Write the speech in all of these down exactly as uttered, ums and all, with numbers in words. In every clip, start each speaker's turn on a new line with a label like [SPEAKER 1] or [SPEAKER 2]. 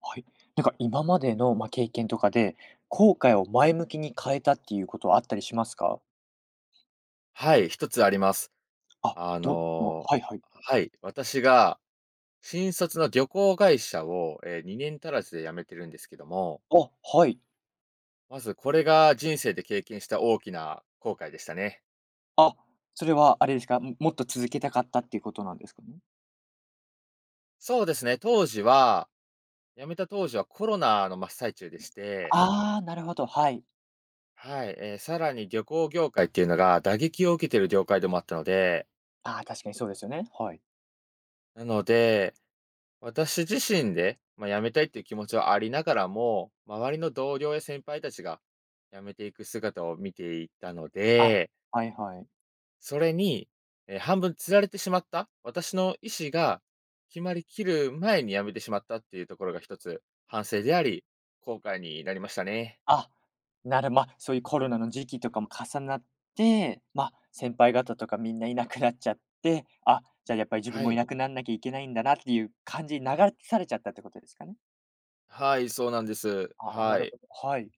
[SPEAKER 1] はい。なんか今までの、まあ、経験とかで、後悔を前向きに変えたっていうことはあったりしますか？
[SPEAKER 2] はい、一つあります。
[SPEAKER 1] あ、
[SPEAKER 2] あ
[SPEAKER 1] どの
[SPEAKER 2] の、
[SPEAKER 1] はいはい。
[SPEAKER 2] はい、私が新卒の旅行会社を、ええ、にねん足らずで辞めてるんですけども、
[SPEAKER 1] あ、はい。
[SPEAKER 2] まずこれが人生で経験した大きな後悔でしたね。
[SPEAKER 1] あ、それはあれですか、ももっと続けたかったっていうことなんですかね？
[SPEAKER 2] そうですね、当時は辞めた当時はコロナの真っ最中でして。
[SPEAKER 1] ああ、なるほど、はい。
[SPEAKER 2] はい、えーさらに旅行業界っていうのが打撃を受けてる業界でもあったので、
[SPEAKER 1] ああ、確かにそうですよね。はい。
[SPEAKER 2] なので私自身で、まあ、辞めたいっていう気持ちはありながらも、周りの同僚や先輩たちが辞めていく姿を見ていたの
[SPEAKER 1] あ、
[SPEAKER 2] で、
[SPEAKER 1] はいはい。
[SPEAKER 2] それに、え、半分釣られてしまった、私の意思が決まりきる前に辞めてしまったっていうところが一つ反省であり、後悔になりましたね。
[SPEAKER 1] あ、なるまあ、そういうコロナの時期とかも重なって、まあ、先輩方とかみんないなくなっちゃって、あ、じゃあやっぱり自分
[SPEAKER 2] は
[SPEAKER 1] もい
[SPEAKER 2] い。
[SPEAKER 1] なくなんなきゃいけないんだなっていう感じに流されちゃったってことですかね？
[SPEAKER 2] はい、そうなんです。
[SPEAKER 1] ああ、な
[SPEAKER 2] は
[SPEAKER 1] る
[SPEAKER 2] い。
[SPEAKER 1] ほど、はい。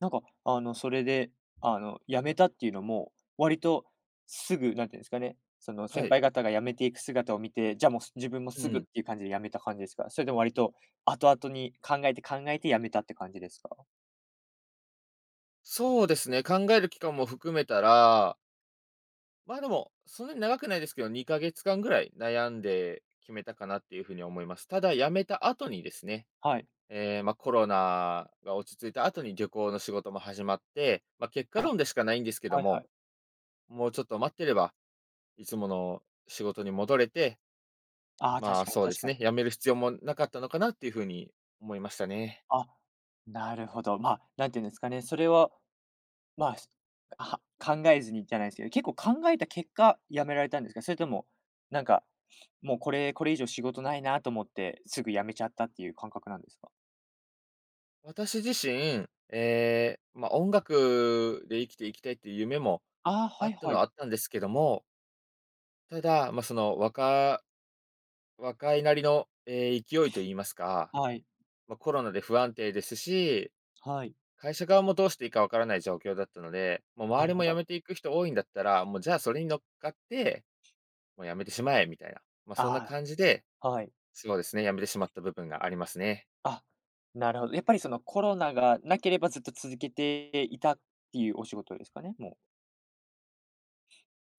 [SPEAKER 1] なんか、あの、それで、あの、辞めたっていうのも、割とすぐ、なんていうんですかね、その
[SPEAKER 2] は
[SPEAKER 1] 先
[SPEAKER 2] い。
[SPEAKER 1] 輩方が辞めていく姿を見て、じゃあ、もう、す自分も
[SPEAKER 2] う
[SPEAKER 1] すぐっ
[SPEAKER 2] ん。
[SPEAKER 1] ていう感じで辞めた感じですか？それとも割と後々に考えて考えて辞めたって感じですか？
[SPEAKER 2] そうですね、考える期間も含めたらまあ、でも、そんなに長くないですけど、にかげつかんぐらい悩んで決めたかなっていうふうに思います。ただ、辞めた後にですね、
[SPEAKER 1] はい。
[SPEAKER 2] ええ、ま、コロナが落ち着いた後に旅行の仕事も始まって、ま、結果
[SPEAKER 1] あ、
[SPEAKER 2] 論でしかないんですけど
[SPEAKER 1] はいは
[SPEAKER 2] も、
[SPEAKER 1] い。
[SPEAKER 2] もうちょっと待ってれば、いつもの仕事に戻れて、
[SPEAKER 1] ああ、
[SPEAKER 2] ま
[SPEAKER 1] 確
[SPEAKER 2] あ、
[SPEAKER 1] かに
[SPEAKER 2] そうで
[SPEAKER 1] 確
[SPEAKER 2] す
[SPEAKER 1] かに。
[SPEAKER 2] ね、辞める必要もなかったのかなっていうふうに思いましたね。
[SPEAKER 1] あ、なるほど。まあ、なんていうんですかね、それはまあ、しは 考えずにじゃないですけど、結構考えた結果、辞められたんですか？それとも、なんか、もうこれこれ以上仕事ないなと思って、すぐ辞めちゃったっていう感覚なんですか？
[SPEAKER 2] 私自身、ええ、ま、音楽で生きていきたいっていう夢も
[SPEAKER 1] ああ、
[SPEAKER 2] あ
[SPEAKER 1] はい
[SPEAKER 2] った
[SPEAKER 1] は
[SPEAKER 2] のは
[SPEAKER 1] い。
[SPEAKER 2] あったんですけども、ただ、まあ、その、若若いなりの、えー勢いと言いますか、
[SPEAKER 1] はい。
[SPEAKER 2] まあ、コロナで不安定ですし、
[SPEAKER 1] はい。
[SPEAKER 2] 会社側もどうしていいかわからない状況だったので、もう
[SPEAKER 1] な
[SPEAKER 2] 周り
[SPEAKER 1] るほ
[SPEAKER 2] も辞
[SPEAKER 1] ど。
[SPEAKER 2] めていく人多いんだったら、もうじゃあそれに乗っかって、もう辞めてしまえみたいな、まあ、そんな
[SPEAKER 1] あ
[SPEAKER 2] 感じで、
[SPEAKER 1] あ、はい。
[SPEAKER 2] そうですね、辞めてしまった部分がありますね。
[SPEAKER 1] あ、なるほど。やっぱりそのコロナがなければずっと続けていたっていうお仕事ですかね？もう。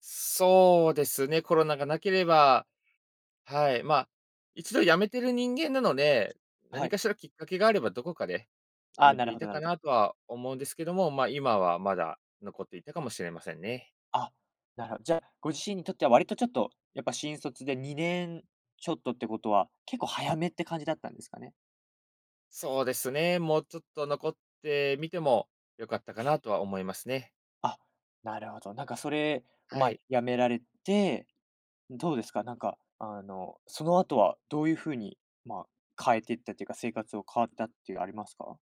[SPEAKER 2] そうですね、コロナがなければ、はい、まあ、一度辞めてる人間なので、
[SPEAKER 1] は
[SPEAKER 2] 何
[SPEAKER 1] い。
[SPEAKER 2] かしらきっかけがあればどこかで辞
[SPEAKER 1] ああ、
[SPEAKER 2] め
[SPEAKER 1] な
[SPEAKER 2] て
[SPEAKER 1] る
[SPEAKER 2] い
[SPEAKER 1] ほど
[SPEAKER 2] た
[SPEAKER 1] な
[SPEAKER 2] か
[SPEAKER 1] るほど。
[SPEAKER 2] なとは思うんですけども、ま、今はまだ残っていたかもしれませんね。
[SPEAKER 1] あ、なるほど。じゃあ、ご自身にとっては割とちょっと、やっぱ新卒でにねんちょっとってことは、結構早めって感じだったんですかね？
[SPEAKER 2] そうですね。もうちょっと残ってみても良かったかなとは思いますね。
[SPEAKER 1] あ、なるほど。なんかそれを、
[SPEAKER 2] は
[SPEAKER 1] まあ
[SPEAKER 2] い。
[SPEAKER 1] やめられて、どうですか？なんか、あの、その後はどういう風に、まあ、変えていったっていうか、生活を変わったっていうありますか？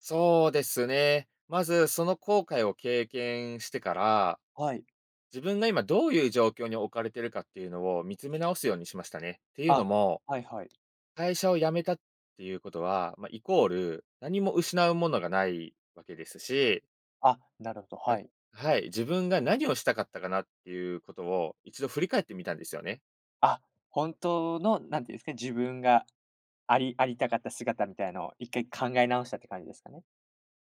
[SPEAKER 2] そうですね。まずその後悔を経験してから、
[SPEAKER 1] はい。
[SPEAKER 2] 自分が今どういう状況に置かれてるかっていうのを見つめ直すようにしましたね。っていうの
[SPEAKER 1] あ、
[SPEAKER 2] も、
[SPEAKER 1] はいはい。
[SPEAKER 2] 会社を辞めたっていうことは、まあ、イコール、何も失うものがないわけですし、
[SPEAKER 1] あ、なるほど、
[SPEAKER 2] まあ
[SPEAKER 1] はい。
[SPEAKER 2] はい、自分が何をしたかったかなっていうことを一度振り返ってみたんですよね。
[SPEAKER 1] あ、本当の、なんていうんですかね、自分がありありたかった姿みたいのを一回考え直したって感じですかね？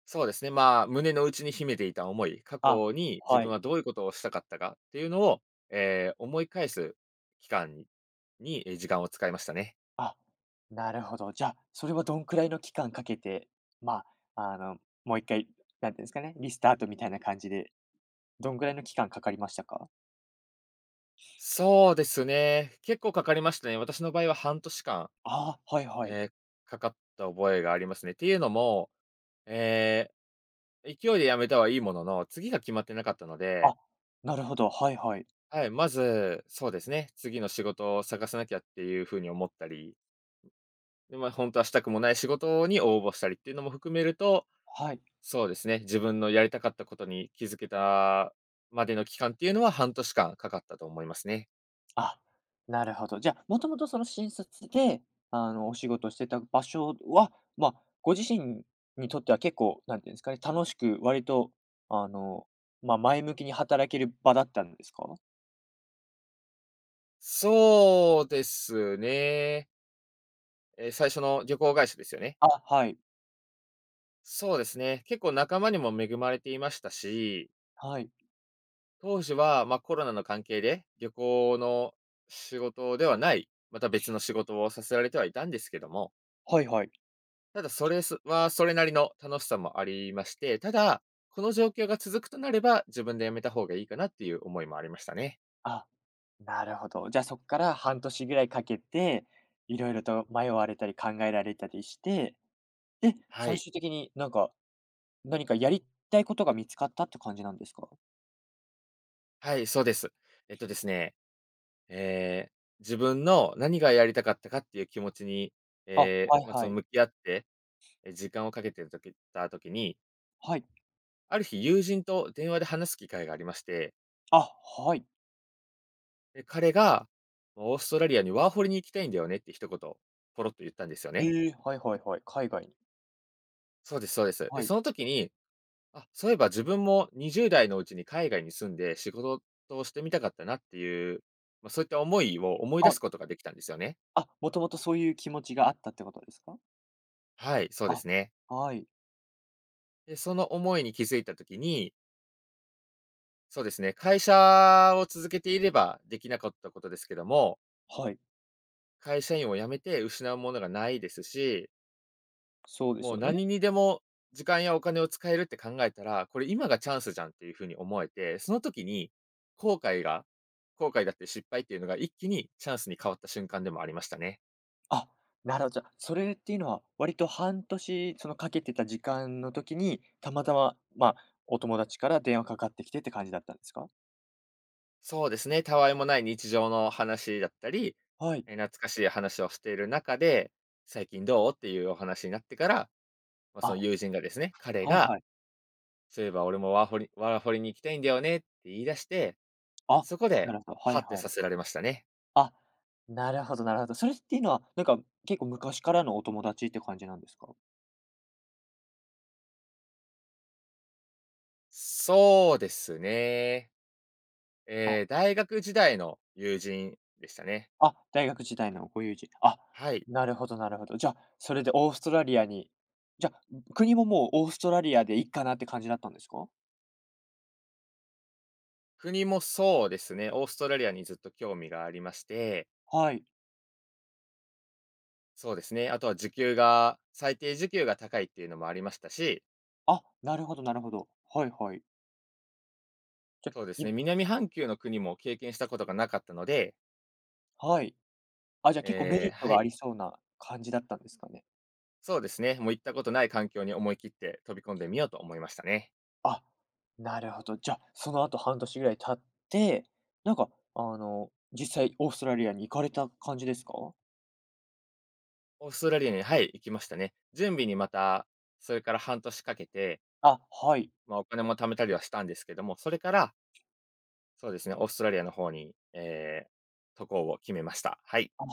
[SPEAKER 2] そうですね、まあ、胸の内に秘めていた思い、過
[SPEAKER 1] あ、
[SPEAKER 2] 去に自
[SPEAKER 1] は
[SPEAKER 2] 分
[SPEAKER 1] い。
[SPEAKER 2] はどういうことをしたかったかっていうのを、えー思い返す期間にに、え、時間を使いましたね。
[SPEAKER 1] あ、なるほど。じゃあ、それはどんくらいの期間かけて、まあ、あの、もう一回、なんていうんですかね、リスタートみたいな感じでどんぐらいの期間かかりましたか？
[SPEAKER 2] そうですね、結構かかりましたね。私の場合は半年間、
[SPEAKER 1] ああ、はいはい。
[SPEAKER 2] えーかかった覚えがありますね。っていうのも、えー勢いで辞めたはいいものの、次が決まってなかったので、
[SPEAKER 1] あ、なるほど、はいはい。
[SPEAKER 2] はい、まず、そうですね、次の仕事を探さなきゃっていうふうに思ったり、で、ま、あ本当はしたくもない仕事に応募したりっていうのも含めると
[SPEAKER 1] はい。
[SPEAKER 2] そうですね、自分のやりたかったことに気づけたまでの期間っていうのは、半年間かかったと思いますね。
[SPEAKER 1] あ、なるほど。じゃあ、もともとその新卒で、あの、お仕事してた場所は、まあ、ご自身にとっては結構、なんていうんですかね、楽しく割と、あの、まあ、前向きに働ける場だったんですか？
[SPEAKER 2] そうですね。え、最初の旅行会社ですよね。
[SPEAKER 1] あ、はい。
[SPEAKER 2] そうですね、結構仲間にも恵まれていましたし、
[SPEAKER 1] はい。
[SPEAKER 2] 当時は、ま、コロナの関係で、旅行の仕事ではない、また別の仕事をさせられてはいたんですけども、
[SPEAKER 1] はいはい。
[SPEAKER 2] ただそれすはそれなりの楽しさもありまして、ただ、この状況が続くとなれば、自分で辞めた方がいいかなっていう思いもありましたね。
[SPEAKER 1] あ、なるほど。じゃあ、そこから半年ぐらいかけて、色々と迷われたり考えられたりして、で、
[SPEAKER 2] は
[SPEAKER 1] 最
[SPEAKER 2] い。
[SPEAKER 1] 終的になんか何かやりたいことが見つかったって感じなんですか？
[SPEAKER 2] はい、そうです。えっとですね、えー自分の何がやりたかったかっていう気持ちに、
[SPEAKER 1] あ、
[SPEAKER 2] えー
[SPEAKER 1] はい
[SPEAKER 2] まあ、
[SPEAKER 1] は
[SPEAKER 2] その
[SPEAKER 1] い。
[SPEAKER 2] 向き合って、え、時間をかけてる時た時に、
[SPEAKER 1] はい。
[SPEAKER 2] ある日友人と電話で話す機会がありまして、
[SPEAKER 1] あ、はい。
[SPEAKER 2] で、彼が「オーストラリアにワーホリに行きたいんだよね」って一言、ポロっと言ったんですよね。
[SPEAKER 1] ええ、はいはいはい。海外に。
[SPEAKER 2] そうですそうです。で、
[SPEAKER 1] はい。
[SPEAKER 2] その時に、あ、そういえば自分もにじゅう代のうちに海外に住んで仕事をしてみたかったなっていう、まあ、そういった思いを思い出
[SPEAKER 1] あ、
[SPEAKER 2] すことができたんですよね。
[SPEAKER 1] あ、もともとそういう気持ちがあったってことですか？
[SPEAKER 2] はい、そうで
[SPEAKER 1] あ、
[SPEAKER 2] すね。
[SPEAKER 1] はい。
[SPEAKER 2] で、その思いに気づいたときに、そうですね、会社を続けていればできなかったことですけども、
[SPEAKER 1] はい。
[SPEAKER 2] 会社員を辞めて失うものがないですし、
[SPEAKER 1] そうです
[SPEAKER 2] もう
[SPEAKER 1] よね。
[SPEAKER 2] 何にでも時間やお金を使えるって考えたら、これ今がチャンスじゃんっていうふうに思えて、その時に後悔が後悔だって失敗っていうのが一気にチャンスに変わった瞬間でもありましたね。
[SPEAKER 1] あ、なるほど、じゃあ、それっていうのは、割と半年、そのかけてた時間の時に、たまたま、まあ、お友達から電話かかってきてって感じだったんですか？
[SPEAKER 2] そうですね、たわいもない日常の話だったり、
[SPEAKER 1] はい。
[SPEAKER 2] え、懐かしい話をしている中で、「最近どう？」っていうお話になってからまあ、その
[SPEAKER 1] あ、
[SPEAKER 2] 友人がですね、彼
[SPEAKER 1] はい
[SPEAKER 2] が、
[SPEAKER 1] はい。
[SPEAKER 2] そういえば俺もワーホリワーホリに行きたいんだよねって言い出して、
[SPEAKER 1] あ、
[SPEAKER 2] そこで、
[SPEAKER 1] なるほど、は
[SPEAKER 2] は
[SPEAKER 1] い
[SPEAKER 2] って
[SPEAKER 1] は
[SPEAKER 2] さ
[SPEAKER 1] い。
[SPEAKER 2] せられましたね。
[SPEAKER 1] あ、なるほどなるほど。それっていうのは、なんか、結構昔からのお友達って感じなんですか？
[SPEAKER 2] そうですね。え
[SPEAKER 1] あ、
[SPEAKER 2] え、大学時代の友人でしたね。
[SPEAKER 1] あ、大学時代のご友人。あ、
[SPEAKER 2] はい。
[SPEAKER 1] なるほどなるほど。じゃあ、それでオーストラリアにじゃあ、国ももうオーストラリアでいいかなって感じだったんですか？
[SPEAKER 2] 国もそうですね、オーストラリアにずっと興味がありまして、
[SPEAKER 1] はい。
[SPEAKER 2] そうですね、あとは時給が最低時給が高いっていうのもありましたし、
[SPEAKER 1] あ、なるほどなるほど。はいはい。じゃ、
[SPEAKER 2] そうですね、
[SPEAKER 1] い
[SPEAKER 2] 南半球の国も経験したことがなかったので、
[SPEAKER 1] はい。あ、じゃ、結構メ
[SPEAKER 2] ええ
[SPEAKER 1] リット
[SPEAKER 2] は
[SPEAKER 1] があ
[SPEAKER 2] い。
[SPEAKER 1] りそうな感じだったんですかね？
[SPEAKER 2] そうですね。もう行ったことない環境に思い切って飛び込んでみようと思いましたね。
[SPEAKER 1] あ、なるほど。じゃあ、その後半年ぐらい経って、なんか、あの、実際オーストラリアに行かれた感じですか？
[SPEAKER 2] オーストラリアに、はい、行きましたね。準備にまた、それから半年かけて、
[SPEAKER 1] あ、はい。
[SPEAKER 2] まあ、お金も貯めたりはしたんですけども、それから、そうですね、オーストラリアの方に、えー、渡航を決めました。はい。
[SPEAKER 1] あ、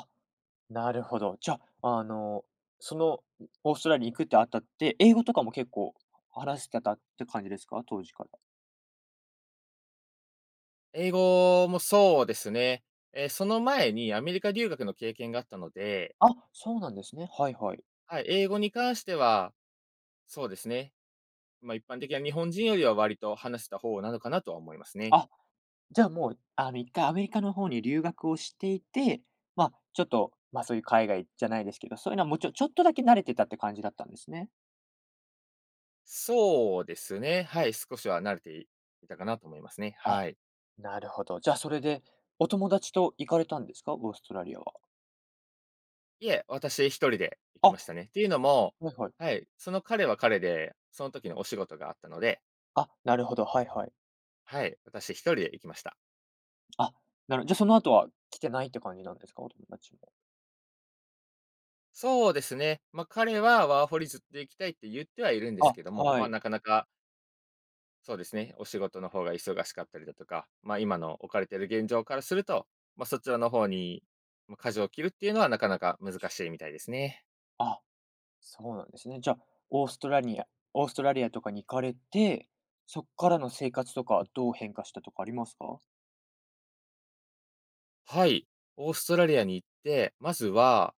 [SPEAKER 1] なるほど。じゃあ、あの、その、オーストラリアに行くってあたって、英語とかも結構話してたって感じですか？当時から。
[SPEAKER 2] 英語もそうですね。えー、その前にアメリカ留学の経験があったので、
[SPEAKER 1] あ、そうなんですね。はいはい。
[SPEAKER 2] はい、英語に関しては、そうですね。まあ、一般的な日本人よりは割と話せた方なのかなとは思いますね。
[SPEAKER 1] あ、じゃあもう、あの、一回アメリカの方に留学をしていて、まあ、ちょっと、ま、そういう海外じゃないですけど、そういうのはもうちょちょっとだけ慣れてたって感じだったんですね。
[SPEAKER 2] そうですね。はい、少しは慣れていたかなと思いますね。
[SPEAKER 1] あ、
[SPEAKER 2] はい。
[SPEAKER 1] なるほど。じゃあそれで、お友達と行かれたんですか？オーストラリアは。
[SPEAKER 2] いえ、私一人で行き
[SPEAKER 1] あ、
[SPEAKER 2] ましたね。っていうのも、
[SPEAKER 1] はいはい。
[SPEAKER 2] はい、その彼は彼で、その時のお仕事があったので、
[SPEAKER 1] あ、なるほど、はいはい。
[SPEAKER 2] はい、私一人で行きました。
[SPEAKER 1] あ、なるじゃ、その後は来てないって感じなんですか？お友達も。
[SPEAKER 2] そうですね。ま、あ彼はワーホリずっと行きたいって言ってはいるんです
[SPEAKER 1] あ、
[SPEAKER 2] けども、
[SPEAKER 1] は
[SPEAKER 2] ま、あ
[SPEAKER 1] い。
[SPEAKER 2] なかなか、そうですね、お仕事の方が忙しかったりだとか、ま、あ今の置かれている現状からすると、ま、あそちらの方に、まあ、舵を切るっていうのはなかなか難しいみたいですね。
[SPEAKER 1] あ、そうなんですね。じゃあ、オーストラリアオーストラリアとかに行かれて、そっからの生活とかどう変化したとかありますか？
[SPEAKER 2] はい。オーストラリアに行って、まずは、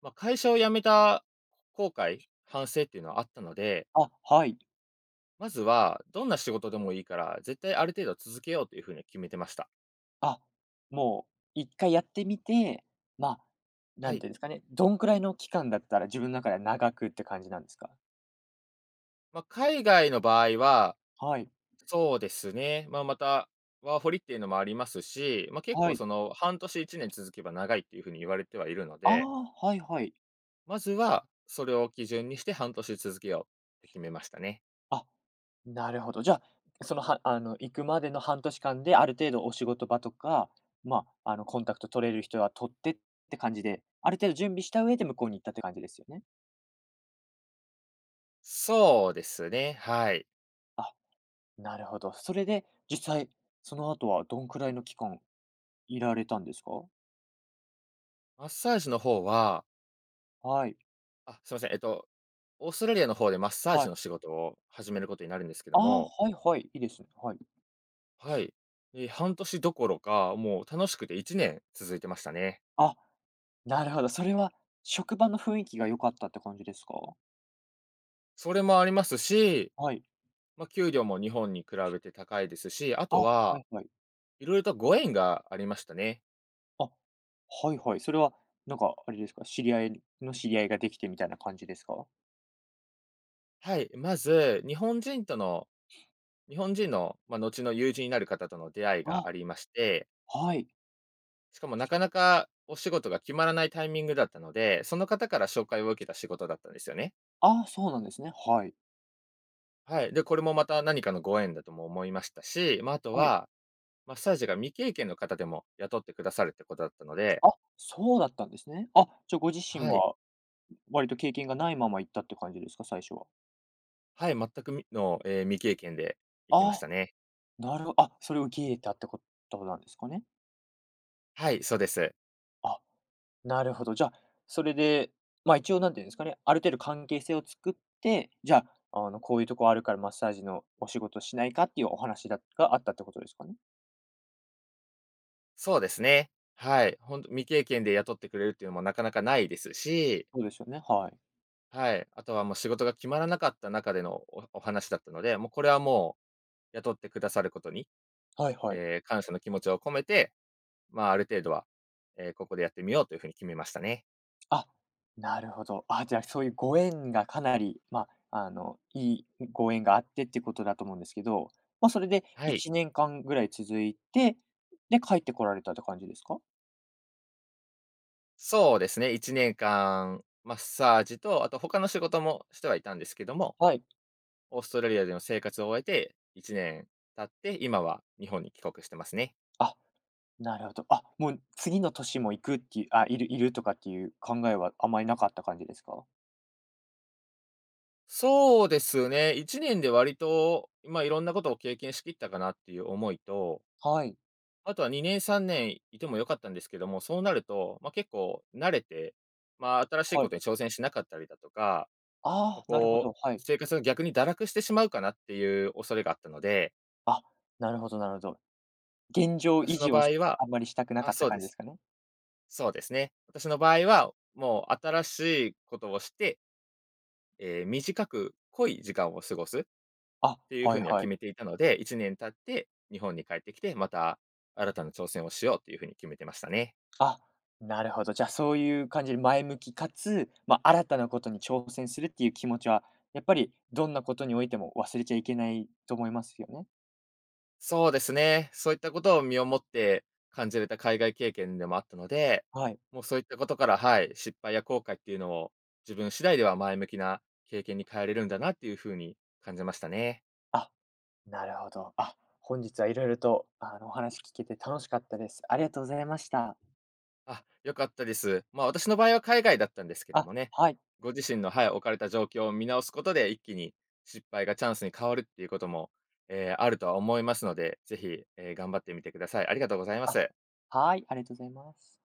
[SPEAKER 2] まあ、会社を辞めた後悔、反省っていうのはあったので、
[SPEAKER 1] あ、はい。
[SPEAKER 2] まずはどんな仕事でもいいから、絶対ある程度続けようというふうに決めてました。
[SPEAKER 1] あ、もう一回やってみて、まあ、な
[SPEAKER 2] は
[SPEAKER 1] ん
[SPEAKER 2] い。
[SPEAKER 1] ていうんですかね、どんくらいの期間だったら自分の中では長くって感じなんですか？
[SPEAKER 2] まあ、海外の場合は、
[SPEAKER 1] はい。
[SPEAKER 2] そうですね、まあ、また、ワーホリっていうのもありますし、まあ、結
[SPEAKER 1] は
[SPEAKER 2] 構
[SPEAKER 1] い。
[SPEAKER 2] その半年いちねん続けば長いっていうふうに言われてはいるの
[SPEAKER 1] あ
[SPEAKER 2] で、
[SPEAKER 1] あ、はいはい。
[SPEAKER 2] まずはそれを基準にして半年続けようって決めましたね。
[SPEAKER 1] あ、なるほど。じゃあ、その、はあの、行くまでの半年間である程度お仕事場とか、まあ、あの、コンタクト取れる人は取ってって感じで、ある程度準備した上で向こうに行ったって感じですよね？
[SPEAKER 2] そうですね、はい。
[SPEAKER 1] あ、なるほど。それで実際、その後はどんくらいの期間いられたんですか？
[SPEAKER 2] マッサージの方は、
[SPEAKER 1] はい、
[SPEAKER 2] あ、すいません。えっと、オーストラリアの方でマッサー
[SPEAKER 1] は
[SPEAKER 2] ジ
[SPEAKER 1] い。
[SPEAKER 2] の仕事を始めることになるんですけ
[SPEAKER 1] あ
[SPEAKER 2] ど
[SPEAKER 1] あ、
[SPEAKER 2] も、
[SPEAKER 1] はいはい、いいですね。はい。
[SPEAKER 2] はい。え、半年どころか、もう楽しくていちねん続いてましたね。
[SPEAKER 1] あ、なるほど。それは職場の雰囲気が良かったって感じですか？
[SPEAKER 2] それもありますし、
[SPEAKER 1] はい。
[SPEAKER 2] まあ、給料も日本に比べて高いですし、あ
[SPEAKER 1] あ、
[SPEAKER 2] と
[SPEAKER 1] は
[SPEAKER 2] は、
[SPEAKER 1] いはい。
[SPEAKER 2] いろいろとご縁がありましたね。
[SPEAKER 1] あ、はいはい。それは、なんかあれですか、知り合いの知り合いができてみたいな感じですか？
[SPEAKER 2] はい、まず、日本人との日本人の、まあ、後の友人になる方との出会い
[SPEAKER 1] あ、
[SPEAKER 2] がありまして、
[SPEAKER 1] はい。
[SPEAKER 2] しかもなかなかお仕事が決まらないタイミングだったので、その方から紹介を受けた仕事だったんですよね。
[SPEAKER 1] あ、そうなんですね。はい。
[SPEAKER 2] はい。で、これもまた何かのご縁だとも思いましたし、まあ、あと
[SPEAKER 1] はい。
[SPEAKER 2] は、マッサージが未経験の方でも雇ってくださるってことだったので、
[SPEAKER 1] あ、そうだったんですね。あ、じゃあご自身
[SPEAKER 2] はい。
[SPEAKER 1] は割と経験がないまま行ったって感じですか？最初は。
[SPEAKER 2] はい、全くみの、ええ、未経験で行きまし
[SPEAKER 1] あ
[SPEAKER 2] たね。
[SPEAKER 1] なるほどあ、それを受け入れたってことなんですかね。
[SPEAKER 2] はい、そうです。
[SPEAKER 1] あ、なるほど。じゃあ、それで、ま、あ一応なんていうんですかね、ある程度関係性を作って、じゃあ、あの、こういうとこあるからマッサージのお仕事しないかっていうお話だがあったってことですかね？
[SPEAKER 2] そうですね。はい。本当未経験で雇ってくれるっていうのもなかなかないですし、
[SPEAKER 1] そうですよね、はい。
[SPEAKER 2] はい。あとはもう仕事が決まらなかった中でのおお話だったので、もうこれはもう雇ってくださることに、
[SPEAKER 1] はいはい。
[SPEAKER 2] ええ、感謝の気持ちを込めて、まあ、ある程度は、えーここでやってみようというふうに決めましたね。
[SPEAKER 1] あ、なるほど。あ、じゃあ、そういうご縁がかなり、まあ、あの、いいご縁があってってことだと思うんですけど、まあ、それで
[SPEAKER 2] はい。
[SPEAKER 1] いちねんかんぐらい続いて、で、帰ってこられたって感じですか？
[SPEAKER 2] そうですね、いちねんかんマッサージと、あと他の仕事もしてはいたんですけども、
[SPEAKER 1] はい。
[SPEAKER 2] オーストラリアでの生活を終えていちねん経って、今は日本に帰国してますね。
[SPEAKER 1] あ、なるほど。あ、もう次の年も行くっていう、あ、いるいるとかっていう考えはあまりなかった感じですか？
[SPEAKER 2] そうですね、いちねんで割と、ま、いろんなことを経験しきったかなっていう思いと、
[SPEAKER 1] はい。
[SPEAKER 2] あとはにねん、さんねんいても良かったんですけども、そうなると、ま、結構慣れて、まあ、新しい
[SPEAKER 1] は
[SPEAKER 2] こと
[SPEAKER 1] い。
[SPEAKER 2] に挑戦しなかったりだとか、まあ、
[SPEAKER 1] ああ、なるほ
[SPEAKER 2] こう、
[SPEAKER 1] ど、はい。
[SPEAKER 2] 生活が逆に堕落してしまうかなっていう恐れがあったので、
[SPEAKER 1] あ、なるほどなるほど。現状維
[SPEAKER 2] 私の
[SPEAKER 1] 持を
[SPEAKER 2] 場
[SPEAKER 1] し
[SPEAKER 2] 合は、
[SPEAKER 1] あんまりしたくな
[SPEAKER 2] あ、
[SPEAKER 1] かった
[SPEAKER 2] そう
[SPEAKER 1] 感
[SPEAKER 2] で
[SPEAKER 1] じで
[SPEAKER 2] す。
[SPEAKER 1] すかね？
[SPEAKER 2] そうですね。私の場合は、もう新しいことをして、えー短く濃い時間を過ごすっ
[SPEAKER 1] あ、
[SPEAKER 2] ていうふ
[SPEAKER 1] は
[SPEAKER 2] う
[SPEAKER 1] い
[SPEAKER 2] には
[SPEAKER 1] は
[SPEAKER 2] 決
[SPEAKER 1] い。
[SPEAKER 2] めていたので、いちねん経って日本に帰ってきて、また新たな挑戦をしようっていうふうに決めてましたね。
[SPEAKER 1] あ、なるほど。じゃあ、そういう感じで前向きかつ、まあ、新たなことに挑戦するっていう気持ちは、やっぱりどんなことにおいても忘れちゃいけないと思いますよね。
[SPEAKER 2] そうですね。そういったことを身をもって感じれた海外経験でもあったので、
[SPEAKER 1] はい。
[SPEAKER 2] もうそういったことから、はい、失敗や後悔っていうのを、自分次第では前向きな経験に変えれるんだなっていうふうに感じましたね。
[SPEAKER 1] あ、なるほど。あ、本日はいろいろと、あの、お話聞けて楽しかったです。ありがとうございました。
[SPEAKER 2] あ、良かったです。まあ、私の場合は海外だったんですけど
[SPEAKER 1] あ、
[SPEAKER 2] もね、
[SPEAKER 1] はい。
[SPEAKER 2] ご自身の、はい、置かれた状況を見直すことで、一気に失敗がチャンスに変わるっていうことも、えーあるとは思いますので、ぜひ、ええ、頑張ってみてください。ありがとうございま
[SPEAKER 1] あ、
[SPEAKER 2] す。
[SPEAKER 1] はい、ありがとうございます。